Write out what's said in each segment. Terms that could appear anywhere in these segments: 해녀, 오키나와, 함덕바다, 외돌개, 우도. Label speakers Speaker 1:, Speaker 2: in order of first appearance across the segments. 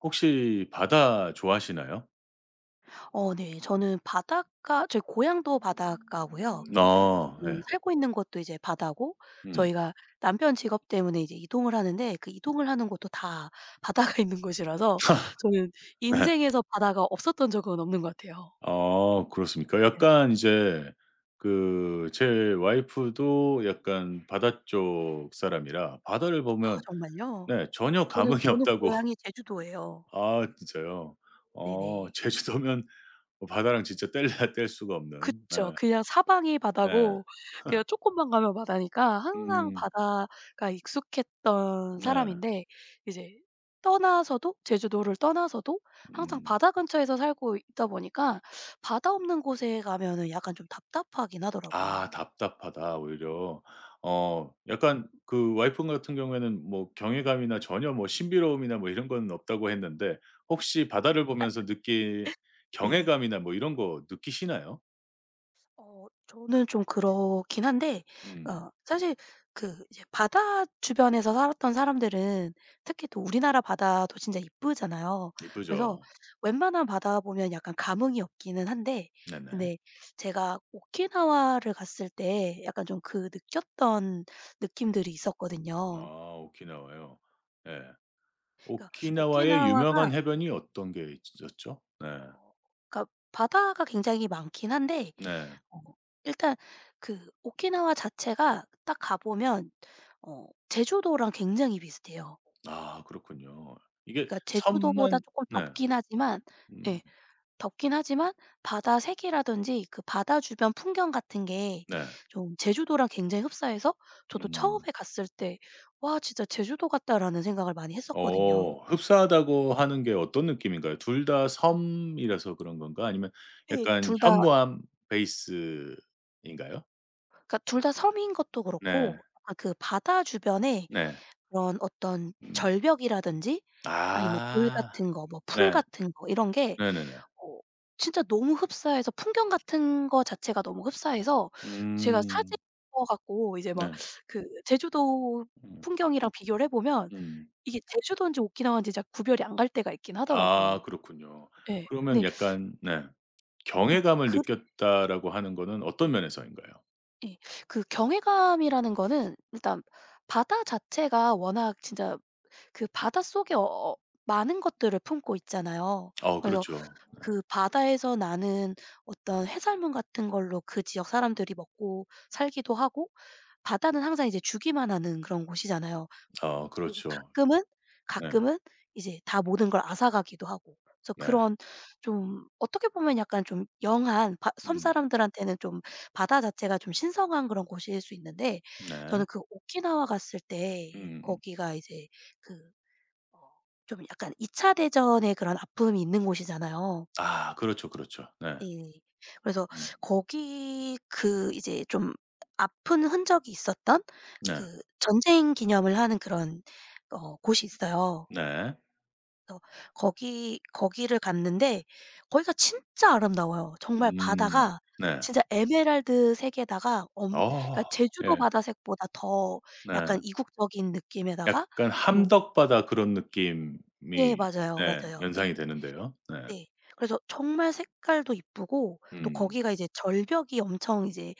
Speaker 1: 혹시 바다 좋아하시나요?
Speaker 2: 네. 저는 바닷가 저희 고향도 바닷가고요.
Speaker 1: 아
Speaker 2: 지금
Speaker 1: 네.
Speaker 2: 살고 있는 곳도 이제 바다고,
Speaker 1: 음.
Speaker 2: 저희가 남편 직업 때문에 이제 이동을 하는데, 그 이동을 하는 곳도 다 바다가 있는 곳이라서 저는
Speaker 1: 네.
Speaker 2: 인생에서 바다가 없었던 적은 없는 것 같아요.
Speaker 1: 아 그렇습니까?
Speaker 2: 네.
Speaker 1: 약간 이제 그 제 와이프도 약간 바다 쪽 사람이라 바다를
Speaker 2: 아,
Speaker 1: 보면
Speaker 2: 정말요?
Speaker 1: 네, 전혀
Speaker 2: 저는
Speaker 1: 감흥이
Speaker 2: 저는
Speaker 1: 없다고.
Speaker 2: 고향이 제주도예요.
Speaker 1: 아 진짜요? 어
Speaker 2: 네네.
Speaker 1: 제주도면 바다랑 진짜 뗄래야 뗄 수가 없는, 네,
Speaker 2: 그쵸. 그냥 사방이
Speaker 1: 네.
Speaker 2: 바다고 그냥 쪼끔만 가면 바다니까 항상
Speaker 1: 음
Speaker 2: 바다가 익숙했던
Speaker 1: 네.
Speaker 2: 사람인데, 이제 떠나서도, 제주도를 떠나서도 항상
Speaker 1: 음.
Speaker 2: 바다 근처에서 살고 있다 보니까 바다 없는 곳에 가면은 약간 좀 답답하긴
Speaker 1: 아
Speaker 2: 하더라고요.
Speaker 1: 답답하다 오히려. 어 약간 그 와이프 같은 경우에는 뭐 경외감이나 전혀 뭐 신비로움이나 뭐 이런 건 없다고 했는데, 혹시 바다를 보면서 느낀
Speaker 2: 네네.
Speaker 1: 경외감이나 뭐 이런 거 느끼시나요?
Speaker 2: 저는 좀 그렇긴 한데,
Speaker 1: 음
Speaker 2: 사실 그 이제 바다 주변에서 살았던 사람들은 특히 또 우리나라 바다도 진짜 이쁘잖아요. 그래서
Speaker 1: 이쁘죠.
Speaker 2: 웬만한 바다 보면 약간 감흥이 없기는 한데,
Speaker 1: 네네.
Speaker 2: 근데 제가 오키나와를 갔을 때 약간 좀 그 느꼈던 느낌들이 있었거든요.
Speaker 1: 아 오키나와요. 예.
Speaker 2: 그러니까
Speaker 1: 오키나와의
Speaker 2: 오키나와가,
Speaker 1: 유명한 해변이 어떤 게 있었죠? 네.
Speaker 2: 어 그러니까 바다가 굉장히 많긴 한데.
Speaker 1: 네.
Speaker 2: 어. 일단 그 오키나와 자체가 딱 가 보면 제주도랑 굉장히 비슷해요.
Speaker 1: 아 그렇군요. 이게
Speaker 2: 그러니까 제주도보다
Speaker 1: 섬만
Speaker 2: 쪼끔
Speaker 1: 네.
Speaker 2: 덥긴 하지만,
Speaker 1: 음
Speaker 2: 예, 덥긴 하지만 바다 색이라든지 그 바다 주변 풍경 같은 게
Speaker 1: 네.
Speaker 2: 좀 제주도랑 굉장히 흡사해서 저도
Speaker 1: 음.
Speaker 2: 처음에 갔을 때 '와, 진짜 제주도 같다.'라는 생각을 많이 했었거든요.
Speaker 1: 어 흡사하다고 하는 게 어떤 느낌인가요? 둘 다 섬이라서 그런 건가? 아니면
Speaker 2: 예.
Speaker 1: 약간
Speaker 2: 둘 다,
Speaker 1: 현무암 베이스인가요?
Speaker 2: 그러니까 둘 다 섬인 것도
Speaker 1: 네.
Speaker 2: 그렇고 약간 그 바다 주변에
Speaker 1: 네.
Speaker 2: 그런 어떤
Speaker 1: 음.
Speaker 2: 절벽이라든지 아니면 돌
Speaker 1: 아.
Speaker 2: 같은 거, 뭐 풀
Speaker 1: 네.
Speaker 2: 같은 거 이런 게
Speaker 1: 네네네.
Speaker 2: 어 진짜 너무 흡사해서, 풍경 같은 거 자체가 너무 흡사해서 제가
Speaker 1: 음.
Speaker 2: 사진퍼 갖고 이제 막
Speaker 1: 네.
Speaker 2: 그 제주도
Speaker 1: 음.
Speaker 2: 풍경이랑 비교를 해 보면
Speaker 1: 음.
Speaker 2: 이게 제주도인지 오키나와인지 잘 구별이 안 갈 때가 있긴
Speaker 1: 아
Speaker 2: 하더라고요.
Speaker 1: 그렇군요.
Speaker 2: 예.
Speaker 1: 그러면
Speaker 2: 근데,
Speaker 1: 약간 네,
Speaker 2: 음,
Speaker 1: 경외감을
Speaker 2: 그,
Speaker 1: 느꼈다라고 하는 거는 어떤 면에서인가요?
Speaker 2: 예. 그 경외감이라는 거는 일단 바다 자체가 워낙 진짜 그 바닷속에 어 많은 것들을 품고 있잖아요.
Speaker 1: 어
Speaker 2: 그래서
Speaker 1: 그렇죠.
Speaker 2: 그 바다에서 나는 어떤 해산물 같은 걸로 그 지역 사람들이 먹고 살기도 하고, 바다는 항상 이제 주기만 하는 그런 곳이잖아요.
Speaker 1: 어
Speaker 2: 그리고
Speaker 1: 그렇죠.
Speaker 2: 가끔은,
Speaker 1: 네.
Speaker 2: 가끔은 이제 다 모든 걸 앗아가기도 하고. 그래서
Speaker 1: 네.
Speaker 2: 그런, 좀 어떻게 보면 약간 좀 영한 바
Speaker 1: 음.
Speaker 2: 섬사람들한테는 좀 바다 자체가 좀 신성한 그런 곳일 수 있는데,
Speaker 1: 네.
Speaker 2: 저는 그 오키나와 갔을 때
Speaker 1: 음음.
Speaker 2: 거기가 이제 그, 어 좀 약간 2차 대전의 그런 아픔이 있는 곳이잖아요.
Speaker 1: 아 그렇죠, 그렇죠. 네.
Speaker 2: 예. 그래서
Speaker 1: 음.
Speaker 2: 거기 그 이제 좀 아픈 흔적이 있었던
Speaker 1: 네.
Speaker 2: 그 전쟁 기념을 하는 그런, 곳이 있어요.
Speaker 1: 네.
Speaker 2: 그래서 거기를 갔는데 거기가 진짜 아름다워요. 정말
Speaker 1: 음.
Speaker 2: 바다가
Speaker 1: 네.
Speaker 2: 진짜 에메랄드색에다가, 엄 그러니까
Speaker 1: 아.
Speaker 2: 제주도
Speaker 1: 예.
Speaker 2: 바다색보다 더
Speaker 1: 네.
Speaker 2: 약간 이국적인 느낌에다가,
Speaker 1: 약간
Speaker 2: 또.
Speaker 1: 함덕바다 그런
Speaker 2: 예
Speaker 1: 느낌이
Speaker 2: 맞아요,
Speaker 1: 네,
Speaker 2: 맞아요. 예.
Speaker 1: 연상이 되는데요. 네.
Speaker 2: 네. 그래서 정말 색깔도 이쁘고 또
Speaker 1: 음.
Speaker 2: 거기가 이제 절벽이 엄청 이제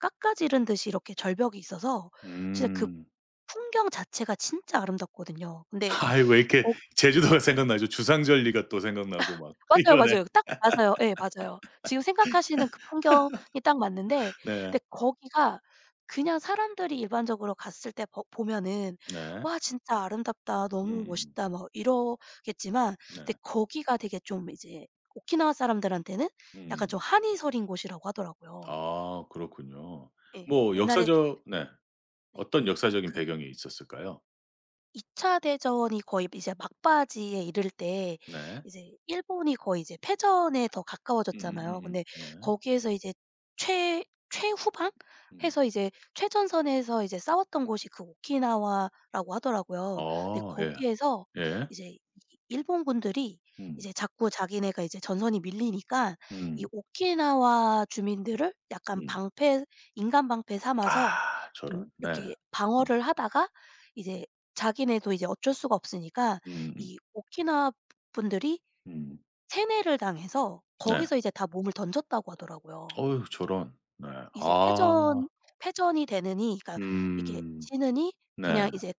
Speaker 2: 깎아지른 듯이 이렇게 절벽이 있어서 진짜 그
Speaker 1: 음.
Speaker 2: 풍경 자체가 진짜 아름답거든요. 근데
Speaker 1: 아이, 왜 이렇게
Speaker 2: 거
Speaker 1: 제주도가 생각나죠. 주상절리가 또 생각나고 막
Speaker 2: 맞아요,
Speaker 1: 이러네.
Speaker 2: 맞아요. 딱 맞아요. 예, 맞아요. 지금 생각하시는 그 풍경이 딱 맞는데.
Speaker 1: 네.
Speaker 2: 근데 거기가 그냥 사람들이 일반적으로 갔을 때 버 보면은
Speaker 1: 네.
Speaker 2: '와, 진짜 아름답다. 너무
Speaker 1: 음.
Speaker 2: 멋있다.' 막 이러겠지만,
Speaker 1: 네.
Speaker 2: 근데 거기가 되게 좀 이제 오키나와 사람들한테는 약간
Speaker 1: 음.
Speaker 2: 좀 한이 서린 곳이라고 하더라고요.
Speaker 1: 아 그렇군요.
Speaker 2: 예.
Speaker 1: 뭐
Speaker 2: 옛날에,
Speaker 1: 역사적 네.
Speaker 2: 네.
Speaker 1: 어떤 역사적인
Speaker 2: 그
Speaker 1: 배경이 있었을까요?
Speaker 2: 2차 대전이 거의 이제 막바지에 이를 때
Speaker 1: 네.
Speaker 2: 이제 일본이 거의 이제 패전에 더 가까워졌잖아요. 근데
Speaker 1: 네.
Speaker 2: 거기에서 이제 최 최후방
Speaker 1: 음.
Speaker 2: 해서 이제 최전선에서 이제 싸웠던 곳이 그 오키나와라고 하더라고요. 근데
Speaker 1: 어 예.
Speaker 2: 거기에서
Speaker 1: 예.
Speaker 2: 이제 이 일본군들이
Speaker 1: 음.
Speaker 2: 이제 자꾸 자기네가 이제 전선이 밀리니까 이
Speaker 1: 음.
Speaker 2: 오키나와 주민들을 약간
Speaker 1: 음.
Speaker 2: 방패 인간 방패 삼아서
Speaker 1: 아
Speaker 2: 좀
Speaker 1: 저런. 네.
Speaker 2: 이렇게
Speaker 1: 음.
Speaker 2: 방어를 하다가 이제 자기네도 이제 어쩔 수가 없으니까
Speaker 1: 음음.
Speaker 2: 이 오키나와 분들이
Speaker 1: 음.
Speaker 2: 세뇌를 당해서
Speaker 1: 네.
Speaker 2: 거기서 이제 다 몸을 던졌다고 하더라고요.
Speaker 1: 어유 저런. 네.
Speaker 2: 이제
Speaker 1: 아.
Speaker 2: 패전이 되느니, 그러니까 이게
Speaker 1: 음.
Speaker 2: 지느니
Speaker 1: 네.
Speaker 2: 그냥 이제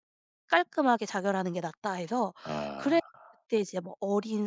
Speaker 2: 깔끔하게 자결하는 게 낫다 해서,
Speaker 1: 아.
Speaker 2: 그래 그때 이제 뭐 어린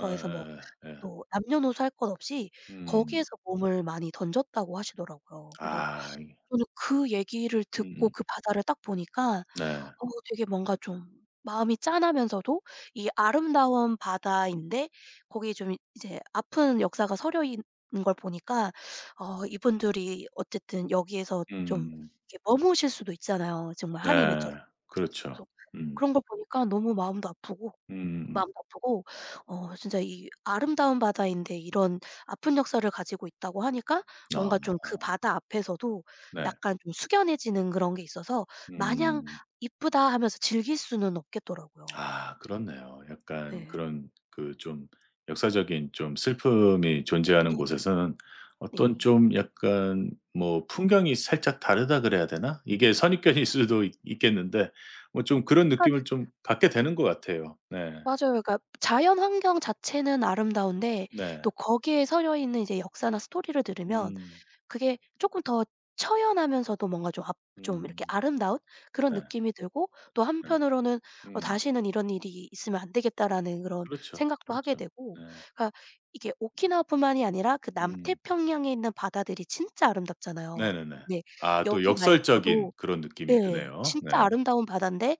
Speaker 1: 에
Speaker 2: 해서 뭐
Speaker 1: 에 에 에.
Speaker 2: 또 남녀노소 할 것 없이
Speaker 1: 음.
Speaker 2: 거기에서 몸을 많이 던졌다고 하시더라고요.
Speaker 1: 아
Speaker 2: 그래서
Speaker 1: 이
Speaker 2: 저는 그 얘기를
Speaker 1: 음
Speaker 2: 듣고
Speaker 1: 음.
Speaker 2: 그 바다를 딱 보니까
Speaker 1: 네.
Speaker 2: 되게 뭔가 좀 마음이 짠하면서도, 이 아름다운 바다인데 거기에 좀 이제 아픈 역사가 서려 있는 걸 보니까 이분들이 어쨌든 여기에서 좀
Speaker 1: 음.
Speaker 2: 이렇게 머무실 수도 있잖아요, 정말 한이 맺혀서.
Speaker 1: 네. 그렇죠. 음.
Speaker 2: 그런 걸 보니까 너무 마음도 아프고,
Speaker 1: 음음음.
Speaker 2: 마음도 아프고, 진짜 이 아름다운 바다인데 이런 아픈 역사를 가지고 있다고 하니까 뭔가
Speaker 1: 아
Speaker 2: 좀 그 바다 앞에서도
Speaker 1: 네.
Speaker 2: 약간 좀 숙연해지는 그런 게 있어서 마냥
Speaker 1: 음.
Speaker 2: '이쁘다.' 하면서 즐길 수는 없겠더라고요.
Speaker 1: 아 그렇네요. 약간
Speaker 2: 네,
Speaker 1: 그런 그 좀 역사적인 좀 슬픔이 존재하는 곳에서는 어떤
Speaker 2: 네네.
Speaker 1: 좀 약간 뭐 풍경이 살짝 다르다 그래야 되나? 이게 선입견일 수도 있겠는데 뭐 좀 그런
Speaker 2: 그러니까
Speaker 1: 느낌을 좀 갖게 되는 것 같아요. 네.
Speaker 2: 맞아요. 그러니까 자연 환경 자체는 아름다운데
Speaker 1: 네.
Speaker 2: 또 거기에 서려 있는 이제 역사나 스토리를 들으면
Speaker 1: 음.
Speaker 2: 그게 조금 더 처연하면서도 뭔가 좀 좀 이렇게
Speaker 1: 음.
Speaker 2: 아름다운 그런
Speaker 1: 네.
Speaker 2: 느낌이 들고 또
Speaker 1: 네.
Speaker 2: 한편으로는
Speaker 1: 음.
Speaker 2: '다시는 이런 일이 있으면 안 되겠다.'라는 그런
Speaker 1: 그렇죠,
Speaker 2: 생각도 하게
Speaker 1: 그렇죠.
Speaker 2: 되고.
Speaker 1: 네.
Speaker 2: 그러니까 이게 오키나와뿐만이 아니라 그
Speaker 1: 음.
Speaker 2: 남태평양에 있는 바다들이 진짜 아름답잖아요.
Speaker 1: 네네네.
Speaker 2: 네.
Speaker 1: 아 또
Speaker 2: 여기
Speaker 1: 역설적인
Speaker 2: 말고도,
Speaker 1: 그런 느낌이
Speaker 2: 예,
Speaker 1: 드네요. 네.
Speaker 2: 진짜 아름다운 바다인데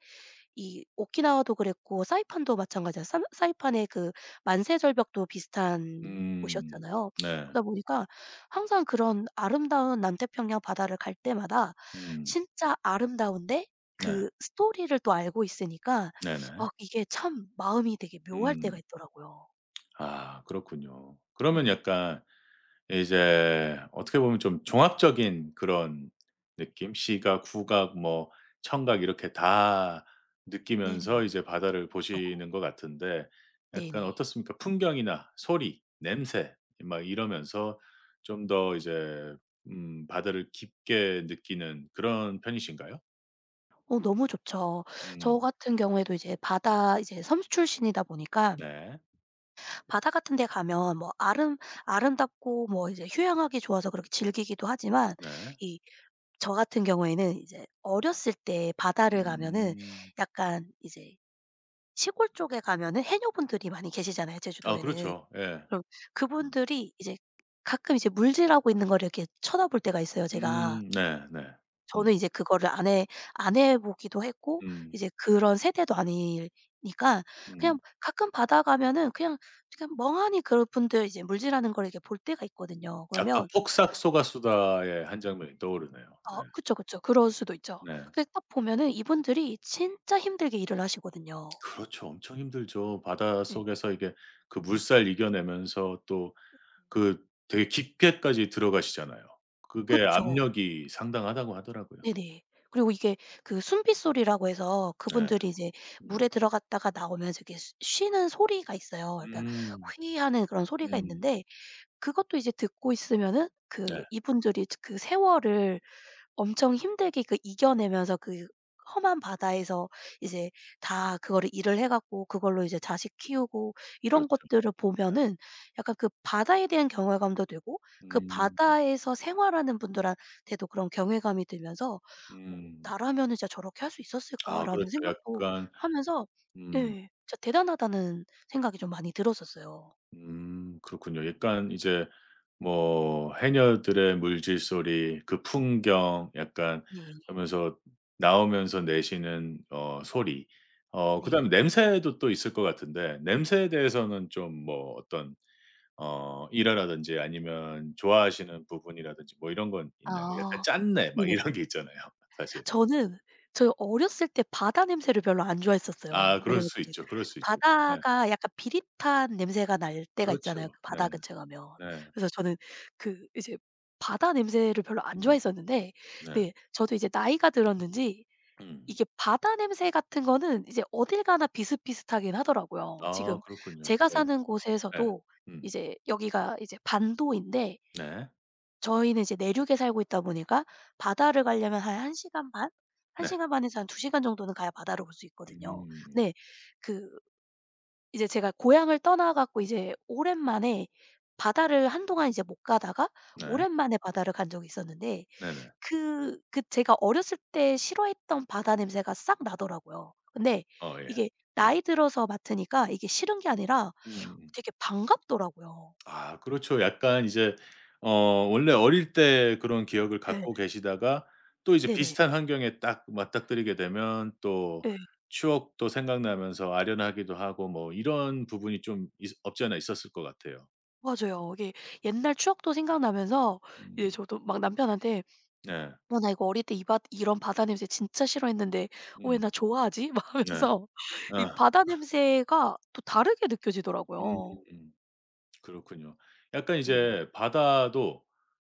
Speaker 2: 이 오키나와도 그랬고 사이판도 마찬가지야. 사 사이판의 그 만세절벽도 비슷한
Speaker 1: 음.
Speaker 2: 곳이었잖아요.
Speaker 1: 네.
Speaker 2: 그러다 보니까 항상 그런 아름다운 남태평양 바다를 갈 때마다
Speaker 1: 음.
Speaker 2: 진짜 아름다운데
Speaker 1: 네.
Speaker 2: 그 스토리를 또 알고 있으니까
Speaker 1: 네네.
Speaker 2: 아, 이게 참 마음이 되게 묘할 때가
Speaker 1: 음.
Speaker 2: 있더라고요.
Speaker 1: 아 그렇군요. 그러면
Speaker 2: 예.
Speaker 1: 약간 이제 어떻게 보면 좀 종합적인 그런 느낌? 시각, 후각, 뭐 청각 이렇게 다 느끼면서
Speaker 2: 네네네.
Speaker 1: 이제 바다를
Speaker 2: 그쵸.
Speaker 1: 보시는 것 같은데, 약간
Speaker 2: 네네.
Speaker 1: 어떻습니까? 풍경이나 소리, 냄새 막 이러면서 좀 더
Speaker 2: 네네.
Speaker 1: 이제 바다를 깊게 느끼는 그런 편이신가요?
Speaker 2: 너무 좋죠. 저
Speaker 1: 음.
Speaker 2: 같은 경우에도 이제 섬 출신이다 보니까
Speaker 1: 네.
Speaker 2: 바다 같은 데 가면 뭐 아름답고 뭐 이제 휴양하기 좋아서 그렇게 즐기기도 하지만,
Speaker 1: 네.
Speaker 2: 이, 저 같은 경우에는 이제 어렸을 때 바다를 가면은
Speaker 1: 음.
Speaker 2: 약간 이제 시골 쪽에 가면은 해녀분들이 많이 계시잖아요,
Speaker 1: 아
Speaker 2: 제주도에는.
Speaker 1: 그렇죠. 예.
Speaker 2: 그럼 그분들이 이제 가끔 이제 물질하고 있는 거를 이렇게 쳐다볼 때가 있어요, 제가.
Speaker 1: 네 네. 음.
Speaker 2: 저는 이제 그거를 안 해 보기도 했고
Speaker 1: 음.
Speaker 2: 이제 그런 세대도 아니니까
Speaker 1: 음.
Speaker 2: 그냥 가끔 바다 가면은 그냥 멍하니 그분들 이제 물질하는 걸 이렇게 볼 때가 있거든요.
Speaker 1: 약간
Speaker 2: 그러면
Speaker 1: 폭삭 소가수다의 한 장면이 떠오르네요. 네.
Speaker 2: 그쵸, 그쵸. 그럴 수도 있죠.
Speaker 1: 네.
Speaker 2: 근데 딱 보면은 이분들이 진짜 힘들게 일을 하시거든요.
Speaker 1: 그렇죠. 엄청 힘들죠.
Speaker 2: 예.
Speaker 1: 바닷속에서 이게 그 물살 이겨내면서 또 그 되게 깊게까지 들어가시잖아요. 그게
Speaker 2: 그쵸.
Speaker 1: 압력이 상당하다고 하더라고요.
Speaker 2: 네네. 그리고 이게 그 숨빗소리라고 해서
Speaker 1: 네.
Speaker 2: 그분들이 이제 물에
Speaker 1: 음.
Speaker 2: 들어갔다가 나오면서 이렇게 쉬 쉬는 소리가 있어요. 그러니까
Speaker 1: 음.
Speaker 2: 휘 하는 그런 소리가
Speaker 1: 음.
Speaker 2: 있는데 그것도 이제 듣고 있으면은 그
Speaker 1: 네.
Speaker 2: 이분들이 그 세월을 엄청 힘들게 그 이겨내면서 그 험한 바다에서 이제 다 그거를 일을 해 갖고 그걸로 이제 자식 키우고 이런
Speaker 1: 그렇죠.
Speaker 2: 것들을 보면은 약간 그 바다에 대한 경외감도 들고 그
Speaker 1: 음.
Speaker 2: 바다에서 생활하는 분들한테도 그런 경외감이 들면서 '어,
Speaker 1: 음.
Speaker 2: 나라면은 진짜 저렇게 할 수
Speaker 1: 아
Speaker 2: 있었을까.'라는
Speaker 1: 그렇죠.
Speaker 2: 생각도
Speaker 1: 약간
Speaker 2: 하면서,
Speaker 1: 음.
Speaker 2: 예, 진짜 대단하다는 생각이 좀 많이 들었었어요.
Speaker 1: 그렇군요. 약간 이제 뭐 해녀들의 물질소리 그 풍경 약간
Speaker 2: 네.
Speaker 1: 하면서 나오면서 내시는 어 소리, 어
Speaker 2: 네.
Speaker 1: 그다음에 냄새도 또 있을 것 같은데 냄새에 대해서는 좀 뭐 어떤 어 일화라든지 아니면 좋아하시는 부분이라든지 뭐 이런 건 있나요? 약간
Speaker 2: 아.
Speaker 1: 짠내 막
Speaker 2: 네네.
Speaker 1: 이런 게 있잖아요 사실.
Speaker 2: 저는 어렸을 때 바다 냄새를 별로 안
Speaker 1: 아
Speaker 2: 좋아했었어요.
Speaker 1: 그럴
Speaker 2: 왜냐면
Speaker 1: 수
Speaker 2: 그
Speaker 1: 있죠. 그럴 수 있죠. 네.
Speaker 2: 바다가 약간 비릿한 냄새가 날 때가
Speaker 1: 그렇죠.
Speaker 2: 있잖아요, 그
Speaker 1: 네.
Speaker 2: 바다 근처 가면.
Speaker 1: 네.
Speaker 2: 그래서 저는 그 이제 바다 냄새를 별로 안
Speaker 1: 음.
Speaker 2: 좋아했었는데,
Speaker 1: 네.
Speaker 2: 네, 저도 이제 나이가 들었는지
Speaker 1: 음.
Speaker 2: 이게 바다 냄새 같은 거는 이제 어딜 가나 비슷비슷하긴 하더라고요.
Speaker 1: 아
Speaker 2: 지금
Speaker 1: 그렇군요.
Speaker 2: 제가
Speaker 1: 네.
Speaker 2: 사는
Speaker 1: 네.
Speaker 2: 곳에서도
Speaker 1: 음.
Speaker 2: 이제 여기가 이제 반도인데
Speaker 1: 네.
Speaker 2: 저희는 이제 내륙에 살고 있다 보니까 바다를 가려면 한 1시간 반? 1
Speaker 1: 네.
Speaker 2: 시간 반에서 한 2시간 정도는 가야 바다를 볼 수 있거든요.
Speaker 1: 음.
Speaker 2: 네. 그 이제 제가 고향을 떠나 갖고 이제 오랜만에 바다를 한동안 이제 못 가다가
Speaker 1: 네.
Speaker 2: 오랜만에 바다를 간 적이 있었는데
Speaker 1: 네네.
Speaker 2: 그 제가 어렸을 때 싫어했던 바다 냄새가 싹 나더라고요. 근데
Speaker 1: 어 예.
Speaker 2: 이게
Speaker 1: 예.
Speaker 2: 나이 들어서 맡으니까 이게 싫은 게 아니라
Speaker 1: 음음음.
Speaker 2: 되게 반갑더라고요.
Speaker 1: 아 그렇죠. 약간 이제 어 원래 어릴 때 그런 기억을
Speaker 2: 예.
Speaker 1: 갖고 계시다가 또 이제
Speaker 2: 네네.
Speaker 1: 비슷한 환경에 딱 맞닥뜨리게 되면 또
Speaker 2: 예.
Speaker 1: 추억도 생각나면서 아련하기도 하고 뭐 이런 부분이 좀 있, 없지 않아 있었을 것 같아요.
Speaker 2: 맞아요. 이게 옛날 추억도 생각나면서 이제
Speaker 1: 음.
Speaker 2: 저도 막 남편한테
Speaker 1: 네.
Speaker 2: "어, 나 이거 어릴 때 이 바 이런 바다 냄새 진짜 싫어했는데 왜
Speaker 1: 음.
Speaker 2: 나 좋아하지?" 막
Speaker 1: 네.
Speaker 2: 하면서 이
Speaker 1: 아.
Speaker 2: 바다 냄새가 또 다르게 느껴지더라고요.
Speaker 1: 음. 그렇군요. 약간
Speaker 2: 네.
Speaker 1: 이제 바다도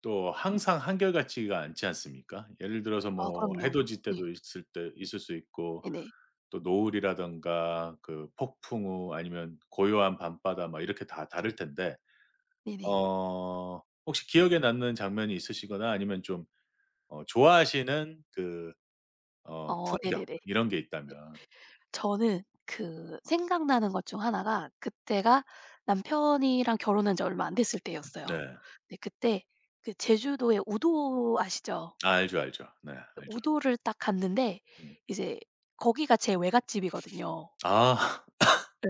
Speaker 1: 또 항상 한결같지가 않지 않습니까? 예를 들어서
Speaker 2: 아,
Speaker 1: 뭐 해
Speaker 2: 그럼요.
Speaker 1: 돋이
Speaker 2: 네.
Speaker 1: 때도 있을 때 있을 수 있고
Speaker 2: 네네.
Speaker 1: 또 노을이라든가 그 폭풍 우 아니면 고요한 밤바다 막 이렇게 다 다를 텐데,
Speaker 2: 네네.
Speaker 1: 어 혹시 기억에 남는 장면이 있으시거나 아니면 좀 어 좋아하시는 그 어
Speaker 2: 어,
Speaker 1: 풍경
Speaker 2: 네네네.
Speaker 1: 이런 게
Speaker 2: 네.
Speaker 1: 있다면.
Speaker 2: 저는 그 생각나는 것 중 하나가 그때가 남편이랑 결혼한 지 얼마 안 됐을 때였어요.
Speaker 1: 네.
Speaker 2: 네, 그때 그 제주도의 우도 아시죠?
Speaker 1: 아 알죠, 알죠. 네 알죠.
Speaker 2: 우도를 딱 갔는데
Speaker 1: 음.
Speaker 2: 이제 거기가 제 외갓집이거든요.
Speaker 1: 아.
Speaker 2: 예.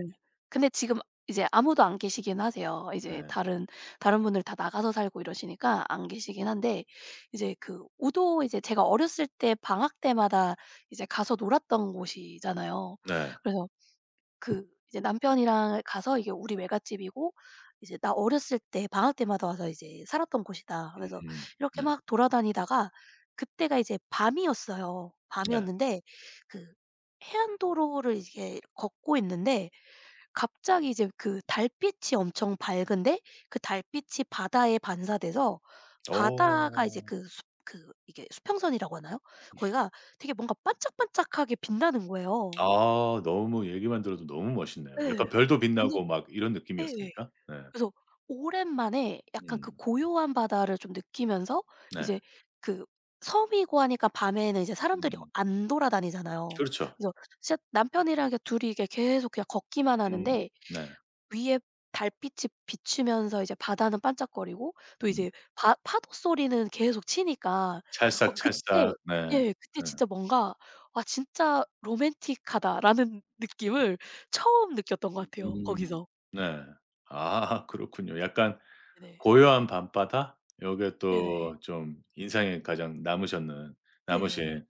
Speaker 2: 근데 지금 이제 아무도 안 계시긴 하세요. 이제
Speaker 1: 네.
Speaker 2: 다른 분들 다 나가서 살고 이러시니까 안 계시긴 한데 이제 그 우도, 이제 제가 어렸을 때 방학 때마다 이제 가서 놀았던 곳이잖아요.
Speaker 1: 네.
Speaker 2: 그래서 그 이제 남편이랑 가서 이게 "우리 외갓집이고 이제 나 어렸을 때 방학 때마다 와서 이제 살았던 곳이다."
Speaker 1: 음
Speaker 2: 하면서
Speaker 1: 음.
Speaker 2: 이렇게
Speaker 1: 네.
Speaker 2: 막 돌아다니다가, 그때가 이제 밤이었어요.
Speaker 1: 네.
Speaker 2: 밤이었는데 그 해안도로를 이제 걷고 있는데 갑자기 이제 그 달빛이 엄청 밝은데, 그 달빛이 바다에 반사돼서 바다가 이제
Speaker 1: 어.
Speaker 2: 그 수 그 이게 수평선이라고 하나요? 거기가 되게 뭔가 반짝반짝하게 빛나는 거예요.
Speaker 1: 아 너무 얘기만 들어도 너무 멋있네요.
Speaker 2: 예.
Speaker 1: 약간 별도
Speaker 2: 근데,
Speaker 1: 빛나고 막 이런
Speaker 2: 예,
Speaker 1: 느낌이었습니까? 네.
Speaker 2: 그래서 오랜만에 약간 그
Speaker 1: 음.
Speaker 2: 고요한 바다를 좀 느끼면서
Speaker 1: 네.
Speaker 2: 이제 그 섬이고 하니까 밤에는 이제 사람들이
Speaker 1: 음.
Speaker 2: 안 돌아다니잖아요.
Speaker 1: 그렇죠.
Speaker 2: 그래서 진짜 남편이랑 이렇게 둘이 이게 계속 그냥 걷기만
Speaker 1: 음.
Speaker 2: 하는데
Speaker 1: 네.
Speaker 2: 위에 달빛이 비추면서 이제 바다는 반짝거리고 또
Speaker 1: 음.
Speaker 2: 이제 바 파도 소리는 계속 치니까,
Speaker 1: 찰싹찰싹.
Speaker 2: 그때,
Speaker 1: 네.
Speaker 2: 예, 그때
Speaker 1: 네.
Speaker 2: 진짜 뭔가 '와, 진짜 로맨틱하다.'라는 느낌을 처음 느꼈던 것 같아요,
Speaker 1: 음.
Speaker 2: 거기서.
Speaker 1: 네. 아 그렇군요. 약간
Speaker 2: 네네.
Speaker 1: 고요한 밤바다? 요게
Speaker 2: 네네.
Speaker 1: 또 좀 인상에 가장 남으셨는
Speaker 2: 예,
Speaker 1: 남으신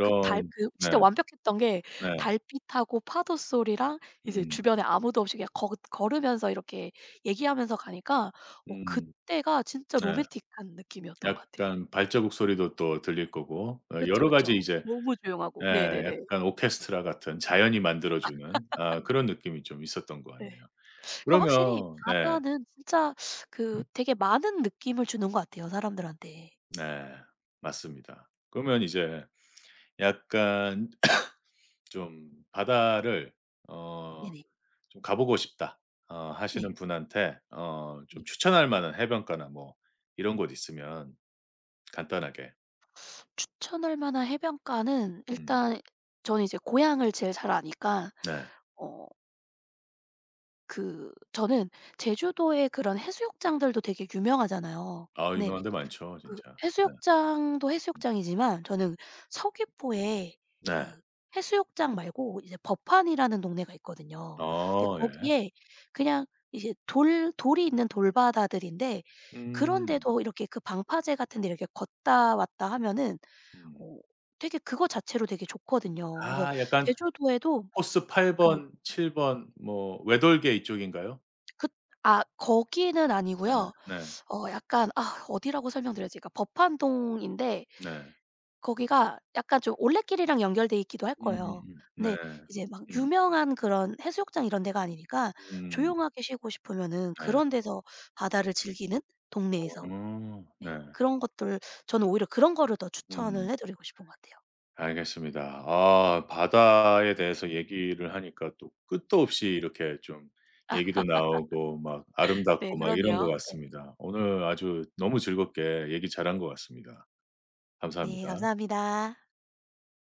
Speaker 2: 그 달 그 진짜
Speaker 1: 네.
Speaker 2: 완벽했던 게
Speaker 1: 네.
Speaker 2: 달빛하고 파도 소리랑 이제
Speaker 1: 음.
Speaker 2: 주변에 아무도 없이 그냥 걷 걸으면서 이렇게 얘기하면서 가니까
Speaker 1: 음.
Speaker 2: 그때가 진짜
Speaker 1: 네.
Speaker 2: 로맨틱한 느낌이었던 것 같아요.
Speaker 1: 약간 발자국 소리도 또 들릴 거고 어
Speaker 2: 그쵸,
Speaker 1: 여러 가지
Speaker 2: 그쵸.
Speaker 1: 이제
Speaker 2: 너무 조용하고
Speaker 1: 예
Speaker 2: 네네네.
Speaker 1: 약간 오케스트라 같은 자연이 만들어 주는 아 그런 느낌이 좀 있었던 것
Speaker 2: 네.
Speaker 1: 같네요.
Speaker 2: 그러니까 확실히
Speaker 1: 그러면 네.
Speaker 2: 바다는 진짜 그 되게 많은 느낌을 주는 것 같아요, 사람들한테.
Speaker 1: 네. 맞습니다. 그러면 이제 약간 좀 바다를 어
Speaker 2: 네네.
Speaker 1: 좀 가 보고 싶다, 어
Speaker 2: 네.
Speaker 1: 하시는 분한테 어
Speaker 2: 네.
Speaker 1: 좀 추천할 만한 해변가나 뭐 이런 곳 있으면 간단하게.
Speaker 2: 추천할 만한 해변가는
Speaker 1: 음
Speaker 2: 일단 저는 이제 고향을 제일 잘 아니까
Speaker 1: 네.
Speaker 2: 어 그 저는 제주도의 그런 해수욕장들도 되게 유명하잖아요.
Speaker 1: 아
Speaker 2: 근데
Speaker 1: 유명한 데 많죠
Speaker 2: 그
Speaker 1: 진짜. 네.
Speaker 2: 해수욕장도 해수욕장이지만 저는 서귀포에
Speaker 1: 네.
Speaker 2: 그 해수욕장 말고 이제 법한이라는 동네가 있거든요. 근데
Speaker 1: 어 예.
Speaker 2: 거기에 그냥 이제 돌 돌이 있는 돌바다들인데
Speaker 1: 음.
Speaker 2: 그런데도 이렇게 그 방파제 같은 데 이렇게 걷다 왔다 하면은
Speaker 1: 음.
Speaker 2: 어 되게 그거 자체로 되게 좋거든요. 그래서
Speaker 1: 아 약간
Speaker 2: 제주도에도
Speaker 1: 코스 8
Speaker 2: 그,
Speaker 1: 번, 7 번 뭐 외돌개 이쪽인가요?
Speaker 2: 그 거기는
Speaker 1: 네.
Speaker 2: 아니고요.
Speaker 1: 네.
Speaker 2: 약간, 아, 어디라고 설명드려야 지, 그러니까 법한동인데
Speaker 1: 네.
Speaker 2: 거기가 약간 좀 올레길이랑 연결돼 있기도 할 거예요.
Speaker 1: 네.
Speaker 2: 근데 이제 막
Speaker 1: 음.
Speaker 2: 유명한 그런 해수욕장 이런 데가 아니니까
Speaker 1: 음.
Speaker 2: 조용하게 쉬고 싶으면은
Speaker 1: 네.
Speaker 2: 그런 데서 바다를 즐기는 동네에서.
Speaker 1: 어
Speaker 2: 네,
Speaker 1: 네.
Speaker 2: 그런 것들 저는 오히려 그런 거를 더 추천을
Speaker 1: 음.
Speaker 2: 해 드리고 싶은 것 같아요.
Speaker 1: 알겠습니다. 아 바다에 대해서 얘기를 하니까 또 끝도 없이
Speaker 2: 네네.
Speaker 1: 이렇게 좀 얘기도 나오고 막
Speaker 2: 네,
Speaker 1: 아름답고 막 이런 것
Speaker 2: 그러네요.
Speaker 1: 같습니다. 오늘 아주 너무 즐겁게 얘기 잘한 것 같습니다.
Speaker 2: 네,
Speaker 1: 감사합니다.
Speaker 2: 감사합니다.